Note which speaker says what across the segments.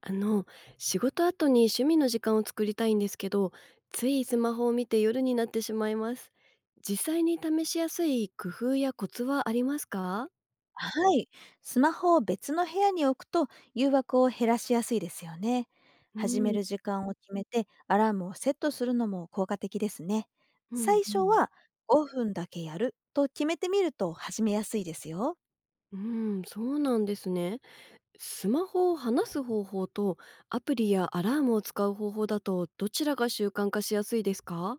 Speaker 1: あの、仕事後に趣味の時間を作りたいんですけど、ついスマホを見て夜になってしまいます。実際に試しやすい工夫やコツはありますか？
Speaker 2: はい。スマホを別の部屋に置くと誘惑を減らしやすいですよね。
Speaker 1: う
Speaker 2: 始め
Speaker 1: ん、
Speaker 2: る時間を決めてアラームをセットするのも効果的ですね。
Speaker 1: うん、
Speaker 2: 最
Speaker 1: う
Speaker 2: 初
Speaker 1: ん、
Speaker 2: は5分だけやると決めてみると始めやすいですよ。
Speaker 1: うん、そうなんですね。スマホを離す方法とアプリやアラームを使う方法だとどちらが習慣化しやすいですか？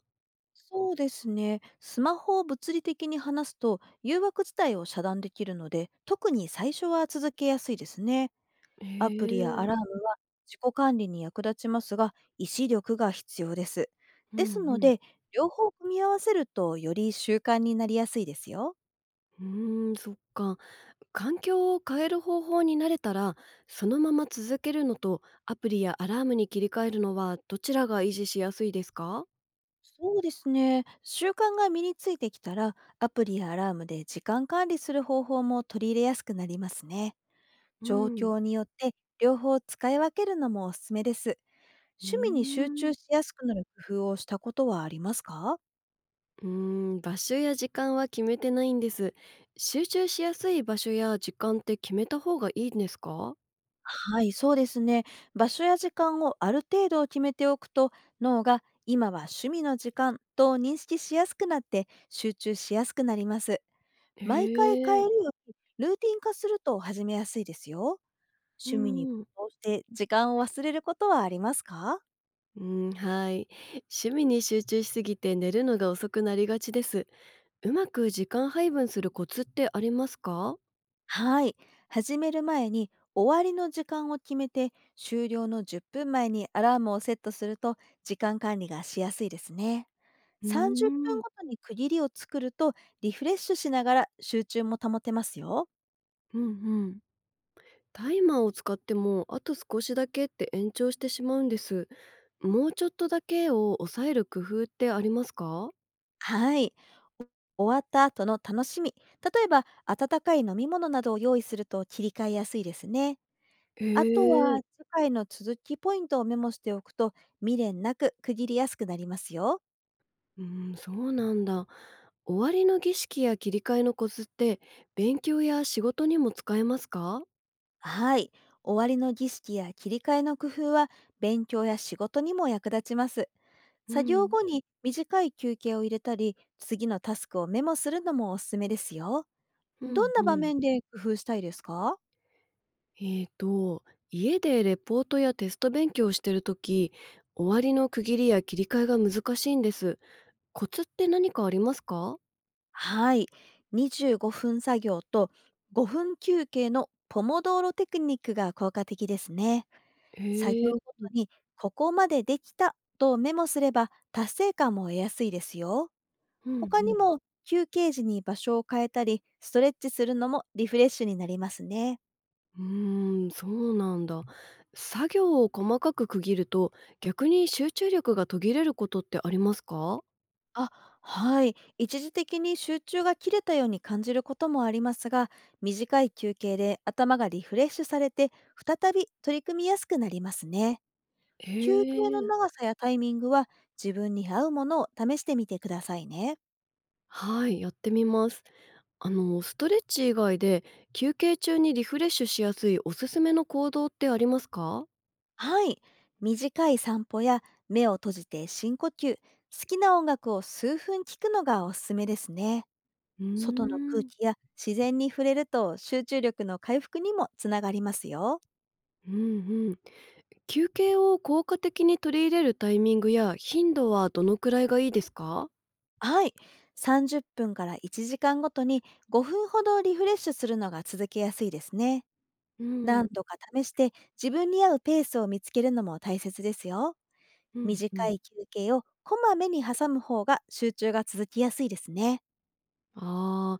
Speaker 2: そうですね。スマホを物理的に離すと誘惑自体を遮断できるので、特に最初は続けやすいですね。
Speaker 1: へ
Speaker 2: アプリやア
Speaker 1: え、
Speaker 2: ラームは自己管理に役立ちますが、意志力が必要です。
Speaker 1: う
Speaker 2: です
Speaker 1: ん
Speaker 2: の
Speaker 1: うん。
Speaker 2: で、両方組み合わせるとより習慣になりやすいですよ。
Speaker 1: うーん、そっか。環境を変える方法に慣れたら、そのまま続けるのとアプリやアラームに切り替えるのはどちらが維持しやすいですか？
Speaker 2: そうですね。習慣が身についてきたら、アプリやアラームで時間管理する方法も取り入れやすくなりますね。
Speaker 1: う
Speaker 2: 状
Speaker 1: ん。
Speaker 2: 況によって両方使い分けるのもおすすめです。
Speaker 1: うー
Speaker 2: 趣味に集中
Speaker 1: ん。
Speaker 2: しやすくなる工夫をしたことはありますか？
Speaker 1: うーん、場所や時間は決めてないんです。集中しやすい場所や時間って決めた方がいいんですか？
Speaker 2: はい、そうですね。場所や時間をある程度決めておくと、脳が今は趣味の時間と認識しやすくなって集中しやすくなります。
Speaker 1: へ
Speaker 2: 毎回変
Speaker 1: え。
Speaker 2: えるよりルーティン化すると始めやすいですよ。
Speaker 1: う
Speaker 2: 趣味に
Speaker 1: んうん。
Speaker 2: 没頭して時間を忘れることはありますか？
Speaker 1: うん、はい。趣味に集中しすぎて寝るのが遅くなりがちです。うまく時間配分するコツってありますか？
Speaker 2: はい。始める前に終わりの時間を決めて終了の10分前にアラームをセットすると時間管理がしやすいですね。
Speaker 1: う
Speaker 2: 30
Speaker 1: ー
Speaker 2: 分
Speaker 1: ん。
Speaker 2: ごとに区切りを作るとリフレッシュしながら集中も保てますよ。
Speaker 1: うんうん。タイマーを使ってもあと少しだけって延長してしまうんです。もうちょっとだけを抑える工夫ってありますか？
Speaker 2: はい。終わった後の楽しみ。例えば、温かい飲み物などを用意すると切り替えやすいですね。
Speaker 1: へ
Speaker 2: あとは、
Speaker 1: え、
Speaker 2: 次回の続きポイントをメモしておくと、未練なく区切りやすくなりますよ。
Speaker 1: うん、そうなんだ。終わりの儀式や切り替えのコツって勉強や仕事にも使えますか？
Speaker 2: はい。終わりの儀式や切り替えの工夫は勉強や仕事にも役立ちます。
Speaker 1: う
Speaker 2: 作業
Speaker 1: ん、
Speaker 2: 後に短い休憩を入れたり、次のタスクをメモするのもおすすめですよ。
Speaker 1: う
Speaker 2: ど
Speaker 1: ん、
Speaker 2: んな
Speaker 1: う
Speaker 2: 場
Speaker 1: ん。
Speaker 2: 面で工夫したいですか？
Speaker 1: えっと、家でレポートやテスト勉強をしてるとき、終わりの区切りや切り替えが難しいんです。コツって何かありますか？
Speaker 2: はい。25分作業と5分休憩のポモドーロテクニックが効果的ですね。作業
Speaker 1: へえ、
Speaker 2: ごとにここまでできたとメモすれば達成感も得やすいですよ。
Speaker 1: うん、う
Speaker 2: 他に
Speaker 1: ん。
Speaker 2: も休憩時に場所を変えたり、ストレッチするのもリフレッシュになりますね。
Speaker 1: うーん、そうなんだ。作業を細かく区切ると、逆に集中力が途切れることってありますか？
Speaker 2: あ、はい。一時的に集中が切れたように感じることもありますが、短い休憩で頭がリフレッシュされて、再び取り組みやすくなりますね。
Speaker 1: へ
Speaker 2: 休憩の
Speaker 1: え、
Speaker 2: 長さやタイミングは自分に合うものを試してみてくださいね。
Speaker 1: はい、やってみます。ストレッチ以外で、休憩中にリフレッシュしやすいおすすめの行動ってありますか？
Speaker 2: はい。短い散歩や目を閉じて深呼吸、好きな音楽を数分聞くのがおすすめですね。
Speaker 1: うー
Speaker 2: 外の空
Speaker 1: ん、
Speaker 2: 気や自然に触れると集中力の回復にもつながりますよ。
Speaker 1: うんうん。休憩を効果的に取り入れるタイミングや頻度はどのくらいがいいですか？
Speaker 2: はい。30分から1時間ごとに5分ほどリフレッシュするのが続けやすいですね。
Speaker 1: う
Speaker 2: 何
Speaker 1: ん、
Speaker 2: 度か試して自分に合うペースを見つけるのも大切ですよ。
Speaker 1: うんう
Speaker 2: 短
Speaker 1: ん。
Speaker 2: い休憩をこまめに挟む方が集中が続きやすいですね。
Speaker 1: ああ、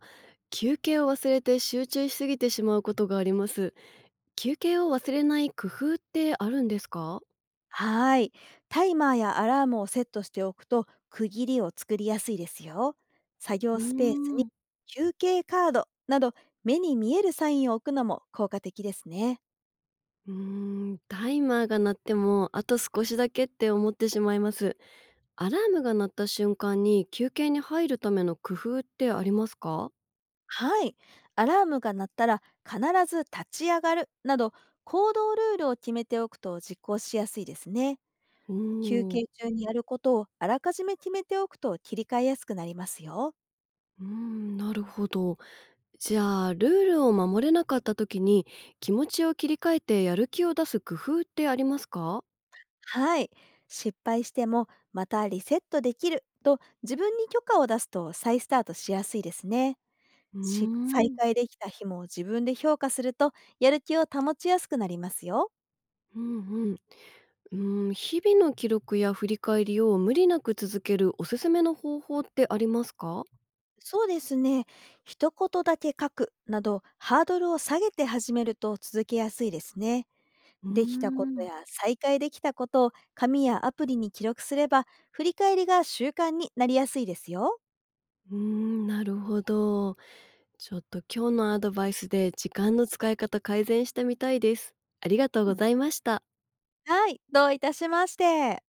Speaker 1: 休憩を忘れて集中しすぎてしまうことがあります。休憩を忘れない工夫ってあるんですか？
Speaker 2: はーい。タイマーやアラームをセットしておくと区切りを作りやすいですよ。作
Speaker 1: う
Speaker 2: 業スペース
Speaker 1: ー
Speaker 2: に
Speaker 1: ん。
Speaker 2: 休憩カードなど目に見えるサインを置くのも効果的ですね。
Speaker 1: うーん、タイマーが鳴っても、あと少しだけって思ってしまいます。アラームが鳴った瞬間に休憩に入るための工夫ってありますか？
Speaker 2: はい。アラームが鳴ったら必ず立ち上がるなど行動ルールを決めておくと実行しやすいですね。
Speaker 1: う
Speaker 2: 休
Speaker 1: ーん。
Speaker 2: 憩中にやることをあらかじめ決めておくと切り替えやすくなりますよ。
Speaker 1: うーん、なるほど。じゃあ、ルールを守れなかった時に、気持ちを切り替えてやる気を出す工夫ってありますか？
Speaker 2: はい。失敗してもまたリセットできると自分に許可を出すと再スタートしやすいですね。
Speaker 1: うー
Speaker 2: し再
Speaker 1: ん。
Speaker 2: 開できた日も自分で評価するとやる気を保ちやすくなりますよ。
Speaker 1: うんうん。うん、日々の記録や振り返りを無理なく続けるおすすめの方法ってありますか？
Speaker 2: そうですね。一言だけ書くなどハードルを下げて始めると続けやすいですね。
Speaker 1: うー
Speaker 2: できたこと
Speaker 1: ん。
Speaker 2: や再開できたことを紙やアプリに記録すれば振り返りが習慣になりやすいですよ。
Speaker 1: うーん、なるほど。ちょっと今日のアドバイスで時間の使い方改善してみたいです。ありがとう
Speaker 2: う
Speaker 1: ご
Speaker 2: ん、
Speaker 1: ざいました。
Speaker 2: はい。どういたしまして。